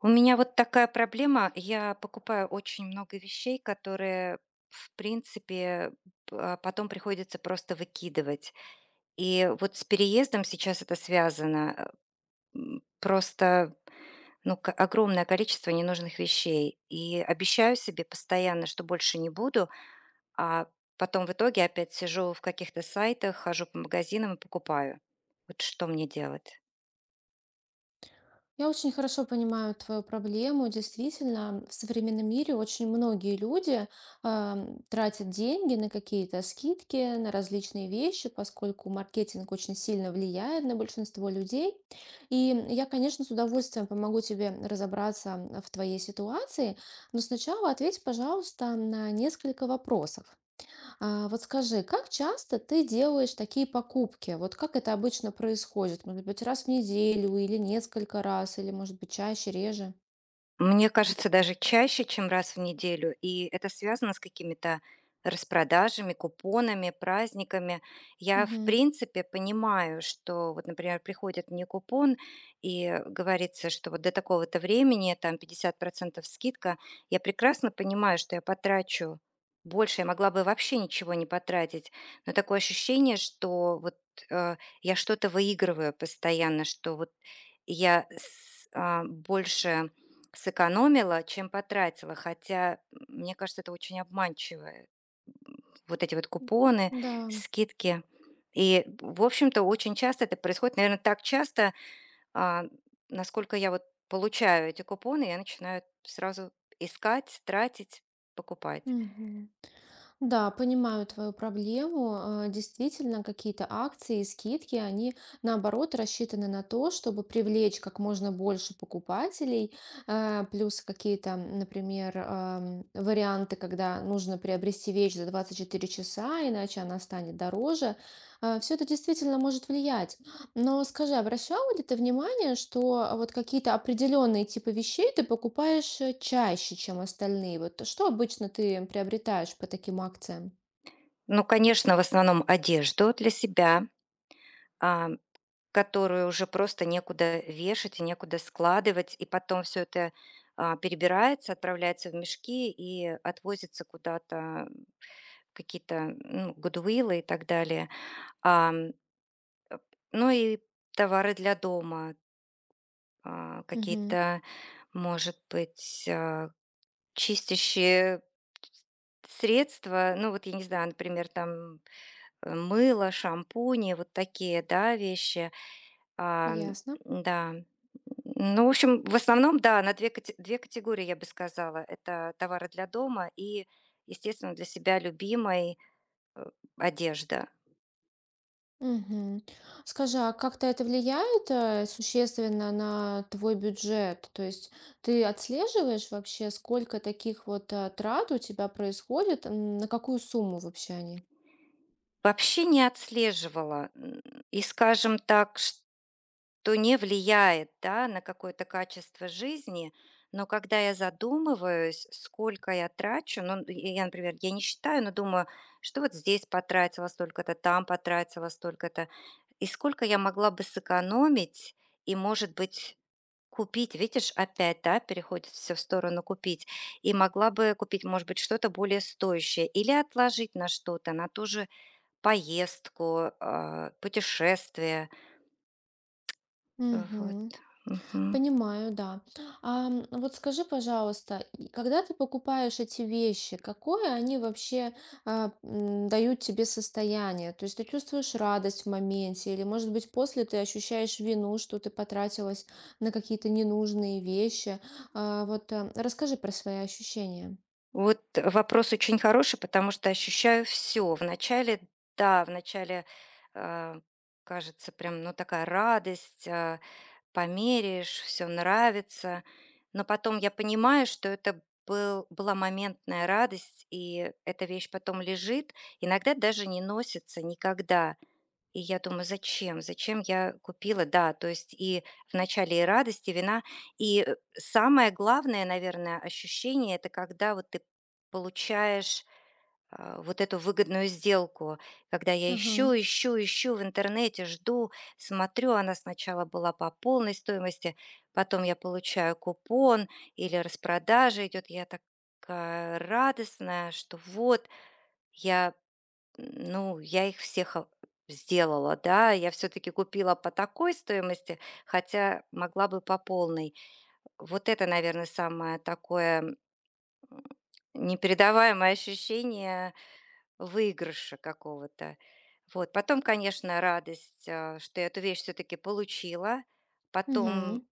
У меня вот такая проблема. Я покупаю очень много вещей, которые, в принципе, потом приходится просто выкидывать. И вот с переездом сейчас это связано. Просто огромное количество ненужных вещей. И обещаю себе постоянно, что больше не буду, а потом в итоге опять сижу в каких-то сайтах, хожу по магазинам и покупаю. Вот что мне делать? Я очень хорошо понимаю твою проблему. Действительно, в современном мире очень многие люди тратят деньги на какие-то скидки, на различные вещи, поскольку маркетинг очень сильно влияет на большинство людей. И я, конечно, с удовольствием помогу тебе разобраться в твоей ситуации, но сначала ответь, пожалуйста, на несколько вопросов. А вот скажи, как часто ты делаешь такие покупки? Вот как это обычно происходит? Может быть, раз в неделю или несколько раз, или, может быть, чаще, реже? Мне кажется, даже чаще, чем раз в неделю, и это связано с какими-то распродажами, купонами, праздниками. Я, в Мгм. принципе, понимаю, что вот, например, приходит мне купон и говорится, что вот до такого-то времени там 50% скидка. Я прекрасно понимаю, что я потрачу больше, я могла бы вообще ничего не потратить, но такое ощущение, что вот э, я что-то выигрываю постоянно, что вот я больше сэкономила, чем потратила, хотя, мне кажется, это очень обманчивое. Вот эти вот купоны, Да. скидки. И, в общем-то, очень часто это происходит, наверное, так часто, а, насколько я вот получаю эти купоны, я начинаю сразу искать, тратить, покупать. Мгм. Да, понимаю твою проблему. Действительно, какие-то акции и скидки, они наоборот рассчитаны на то, чтобы привлечь как можно больше покупателей. Плюс какие-то, например, варианты, когда нужно приобрести вещь за 24 часа, иначе она станет дороже. Все это действительно может влиять. Но скажи, обращала ли ты внимание, что вот какие-то определенные типы вещей ты покупаешь чаще, чем остальные? Вот что обычно ты приобретаешь по таким акциям? Ну, конечно, в основном одежду для себя. А Которую уже просто некуда вешать и некуда складывать, и потом все это, перебирается, отправляется в мешки и отвозится куда-то в какие-то, ну, гудвиллы и так далее. Ам, ну и товары для дома, Мгм. какие-то, может быть, чистящие средства. Ну, вот я не знаю, например, там, мыло, шампуни, вот такие, да, вещи. А, Ясно. да. Ну, в общем, в основном, да, на две категории, я бы сказала. Это товары для дома и, естественно, для себя любимой, э, одежда. Мгм. Скажи, а как-то это влияет существенно на твой бюджет? То есть ты отслеживаешь вообще, сколько таких вот трат у тебя происходит, на какую сумму вообще они? Вообще не отслеживала. И, скажем так, то не влияет, да, на какое-то качество жизни. Но когда я задумываюсь, сколько я трачу, ну, и я, например, я не считаю, но думаю, что вот здесь потратила столько-то, там потратила столько-то, и сколько я могла бы сэкономить и, может быть, купить, видишь, опять, да, переходит все в сторону купить, и могла бы купить, может быть, что-то более стоящее, или отложить на что-то, на ту же поездку, путешествие, вот. Мгм. Мгм. Понимаю, да. Вот скажи, пожалуйста, и когда ты покупаешь эти вещи, какое они вообще дают тебе состояние? То есть ты чувствуешь радость в моменте, или, может быть, после ты ощущаешь вину, что ты потратилась на какие-то ненужные вещи? Вот расскажи про свои ощущения. Вот вопрос очень хороший, потому что ощущаю все. Вначале, да, вначале, а, кажется, прям, ну, такая радость, померяешь, всё нравится. Но потом я понимаю, что это была моментная радость, и эта вещь потом лежит, иногда даже не носится никогда. И я думаю: "Зачем? Зачем я купила?" Да, то есть и в начале и радость, и вина. И, самое главное, наверное, ощущение — это когда вот ты получаешь, вот эту выгодную сделку. Когда я Ага. Ищу в интернете, жду, смотрю, она сначала была по полной стоимости, потом я получаю купон или распродажа идет. Я такая радостная, что вот я ну, я их всех о сделала, да. Я все таки купила по такой стоимости, хотя могла бы по полной. Вот это, наверное, самое такое, м, непередаваемое ощущение выигрыша какого-то. Вот. Потом, конечно, радость, что я эту вещь все таки получила. Потом Мгм.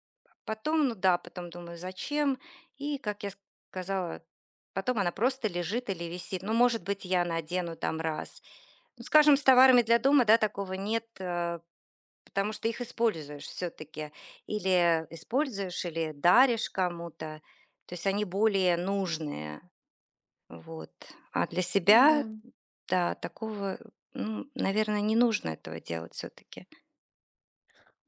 потом, ну да, потом думаю: "Зачем?" И, как я сказала, потом она просто лежит или висит. Ну, может быть, я надену там раз. Ну, скажем, с товарами для дома, да, такого нет, потому что их используешь все-таки. Или используешь, или даришь кому-то. То есть они более нужные. Вот. А для Да. себя, да, такого, ну, наверное, не нужно этого делать все-таки.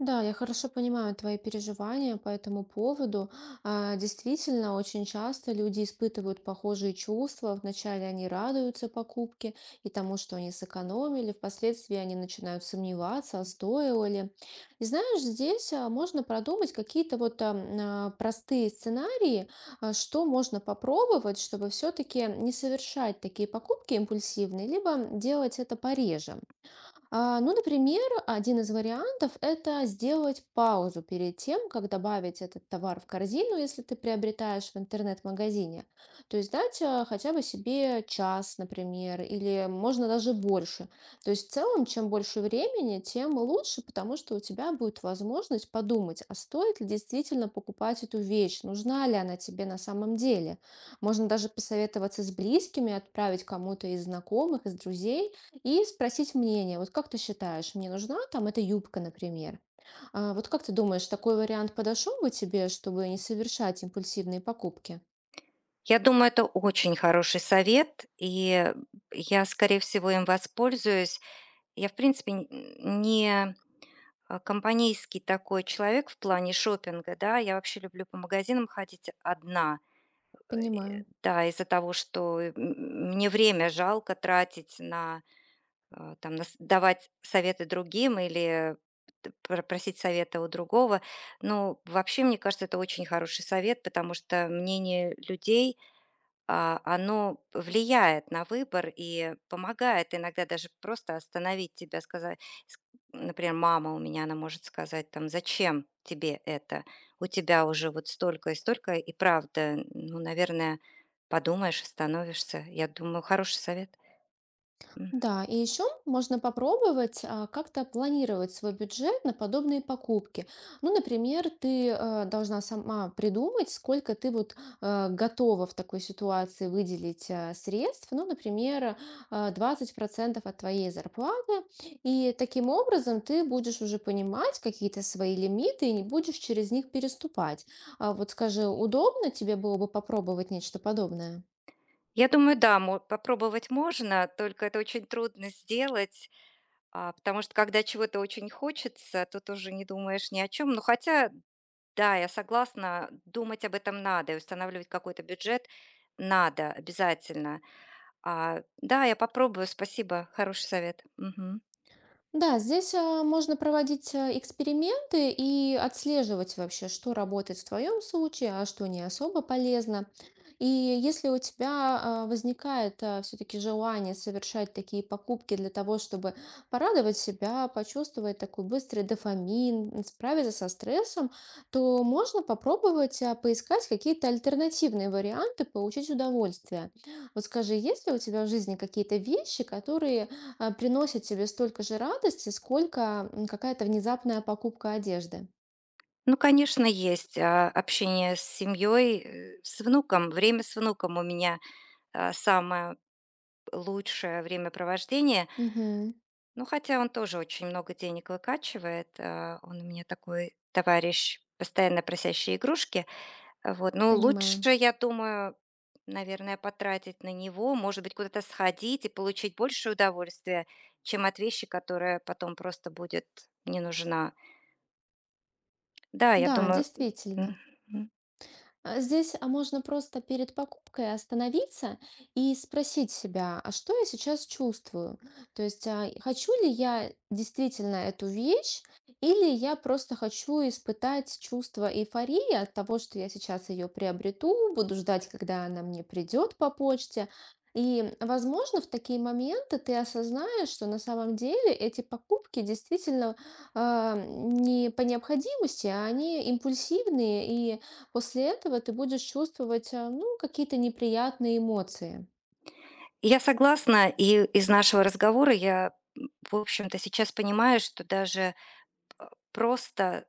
Да, я хорошо понимаю твои переживания по этому поводу. Действительно, очень часто люди испытывают похожие чувства. Вначале они радуются покупке и тому, что они сэкономили. Впоследствии они начинают сомневаться, а стоило ли. И знаешь, здесь можно продумать какие-то вот простые сценарии, что можно попробовать, чтобы все-таки не совершать такие покупки импульсивные, либо делать это пореже. Ну, например, один из вариантов — это сделать паузу перед тем, как добавить этот товар в корзину, если ты приобретаешь в интернет-магазине. То есть дать хотя бы себе час, например, или можно даже больше. То есть в целом, чем больше времени, тем лучше, потому что у тебя будет возможность подумать, а стоит ли действительно покупать эту вещь, нужна ли она тебе на самом деле. Можно даже посоветоваться с близкими, отправить кому-то из знакомых, из друзей, и спросить мнение. Вот как ты считаешь, мне нужна там эта юбка, например? Вот как ты думаешь, такой вариант подошел бы тебе, чтобы не совершать импульсивные покупки? Я думаю, это очень хороший совет, и я, скорее всего, им воспользуюсь. Я, в принципе, н- не а, компанейский такой человек в плане шопинга, да. Я вообще люблю по магазинам ходить одна. Понимаю. Да, из-за того, что, мне время жалко тратить на, там, на с давать советы другим или т пр просить совета у другого. Ну, вообще, мне кажется, это очень хороший совет, потому что мнение людей оно влияет на выбор и помогает иногда даже просто остановить тебя, сказать, например, мама у меня, она может сказать там, зачем тебе это? У тебя уже вот столько и столько, и правда, ну, наверное, подумаешь, остановишься. Я думаю, хороший совет. М. Да, и еще можно попробовать как-то планировать свой бюджет на подобные покупки. Ну, например, ты должна сама придумать, сколько ты вот готова в такой ситуации выделить средств, ну, например, 20% от твоей зарплаты. И таким образом ты будешь уже понимать какие-то свои лимиты и не будешь через них переступать. А вот скажи, удобно тебе было бы попробовать нечто подобное? Я думаю, да, попробовать можно, только это очень трудно сделать, потому что когда чего-то очень хочется, тут уже не думаешь ни о чем. Ну хотя да, я согласна, думать об этом надо и устанавливать какой-то бюджет надо обязательно. Да, я попробую, спасибо, хороший совет. Мгм. Да, здесь можно проводить эксперименты и отслеживать вообще, что работает в твоем случае, а что не особо полезно. И если у тебя возникает все-таки желание совершать такие покупки для того, чтобы порадовать себя, почувствовать такой быстрый дофамин, справиться со стрессом, то можно попробовать поискать какие-то альтернативные варианты получить удовольствие. Вот скажи, есть ли у тебя в жизни какие-то вещи, которые приносит тебе столько же радости, сколько какая-то внезапная покупка одежды. Ну, конечно, есть общение с семьей, с внуком. Время с внуком у меня самое лучшее времяпровождение. Мгм. Ну, хотя он тоже очень много денег выкачивает. Он у меня такой товарищ, постоянно просящий игрушки. Вот, ну, Понимаю. лучше, я думаю, наверное, потратить на него, может быть, куда-то сходить и получить больше удовольствия, чем от вещи, которая потом просто будет не нужна. Да, я Да, думаю, м, действительно. м. Здесь можно просто перед покупкой остановиться и спросить себя, а что я сейчас чувствую? То есть, и хочу ли я действительно эту вещь, или я просто хочу испытать чувство эйфории от того, что я сейчас ее приобрету, буду ждать, когда она мне придет по почте. И, возможно, в такие моменты ты осознаешь, что на самом деле эти покупки действительно не по необходимости, а они импульсивные, и после этого ты будешь чувствовать, ну, какие-то неприятные эмоции. Я согласна, и из нашего разговора я, в общем-то, сейчас понимаю, что даже просто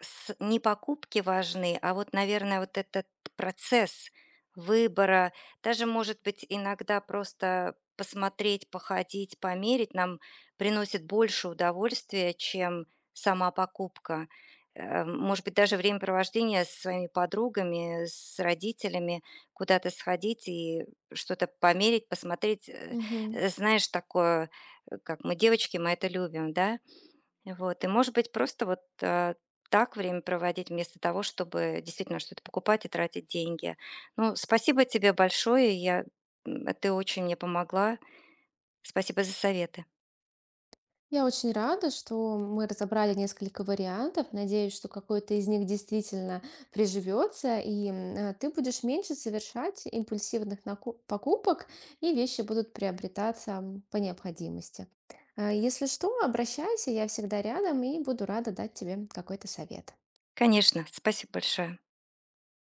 С не покупки важны, а вот, наверное, вот этот процесс выбора, даже, может быть, иногда просто посмотреть, походить, померить нам приносит больше удовольствия, чем сама покупка. Может быть, даже времяпровождение со своими подругами, с родителями, куда-то сходить и что-то померить, посмотреть. Мгм. Знаешь, такое, как мы, девочки, мы это любим, да? Вот, и, может быть, просто вот, так время проводить, вместо того, чтобы действительно что-то покупать и тратить деньги. Ну, спасибо тебе большое. Я ты очень мне помогла. Спасибо за советы. Я очень рада, что мы разобрали несколько вариантов. Надеюсь, что какой-то из них действительно приживется, и ты будешь меньше совершать импульсивных покупок, и вещи будут приобретаться по необходимости. Если что, обращайся, я всегда рядом и буду рада дать тебе какой-то совет. Конечно, спасибо большое.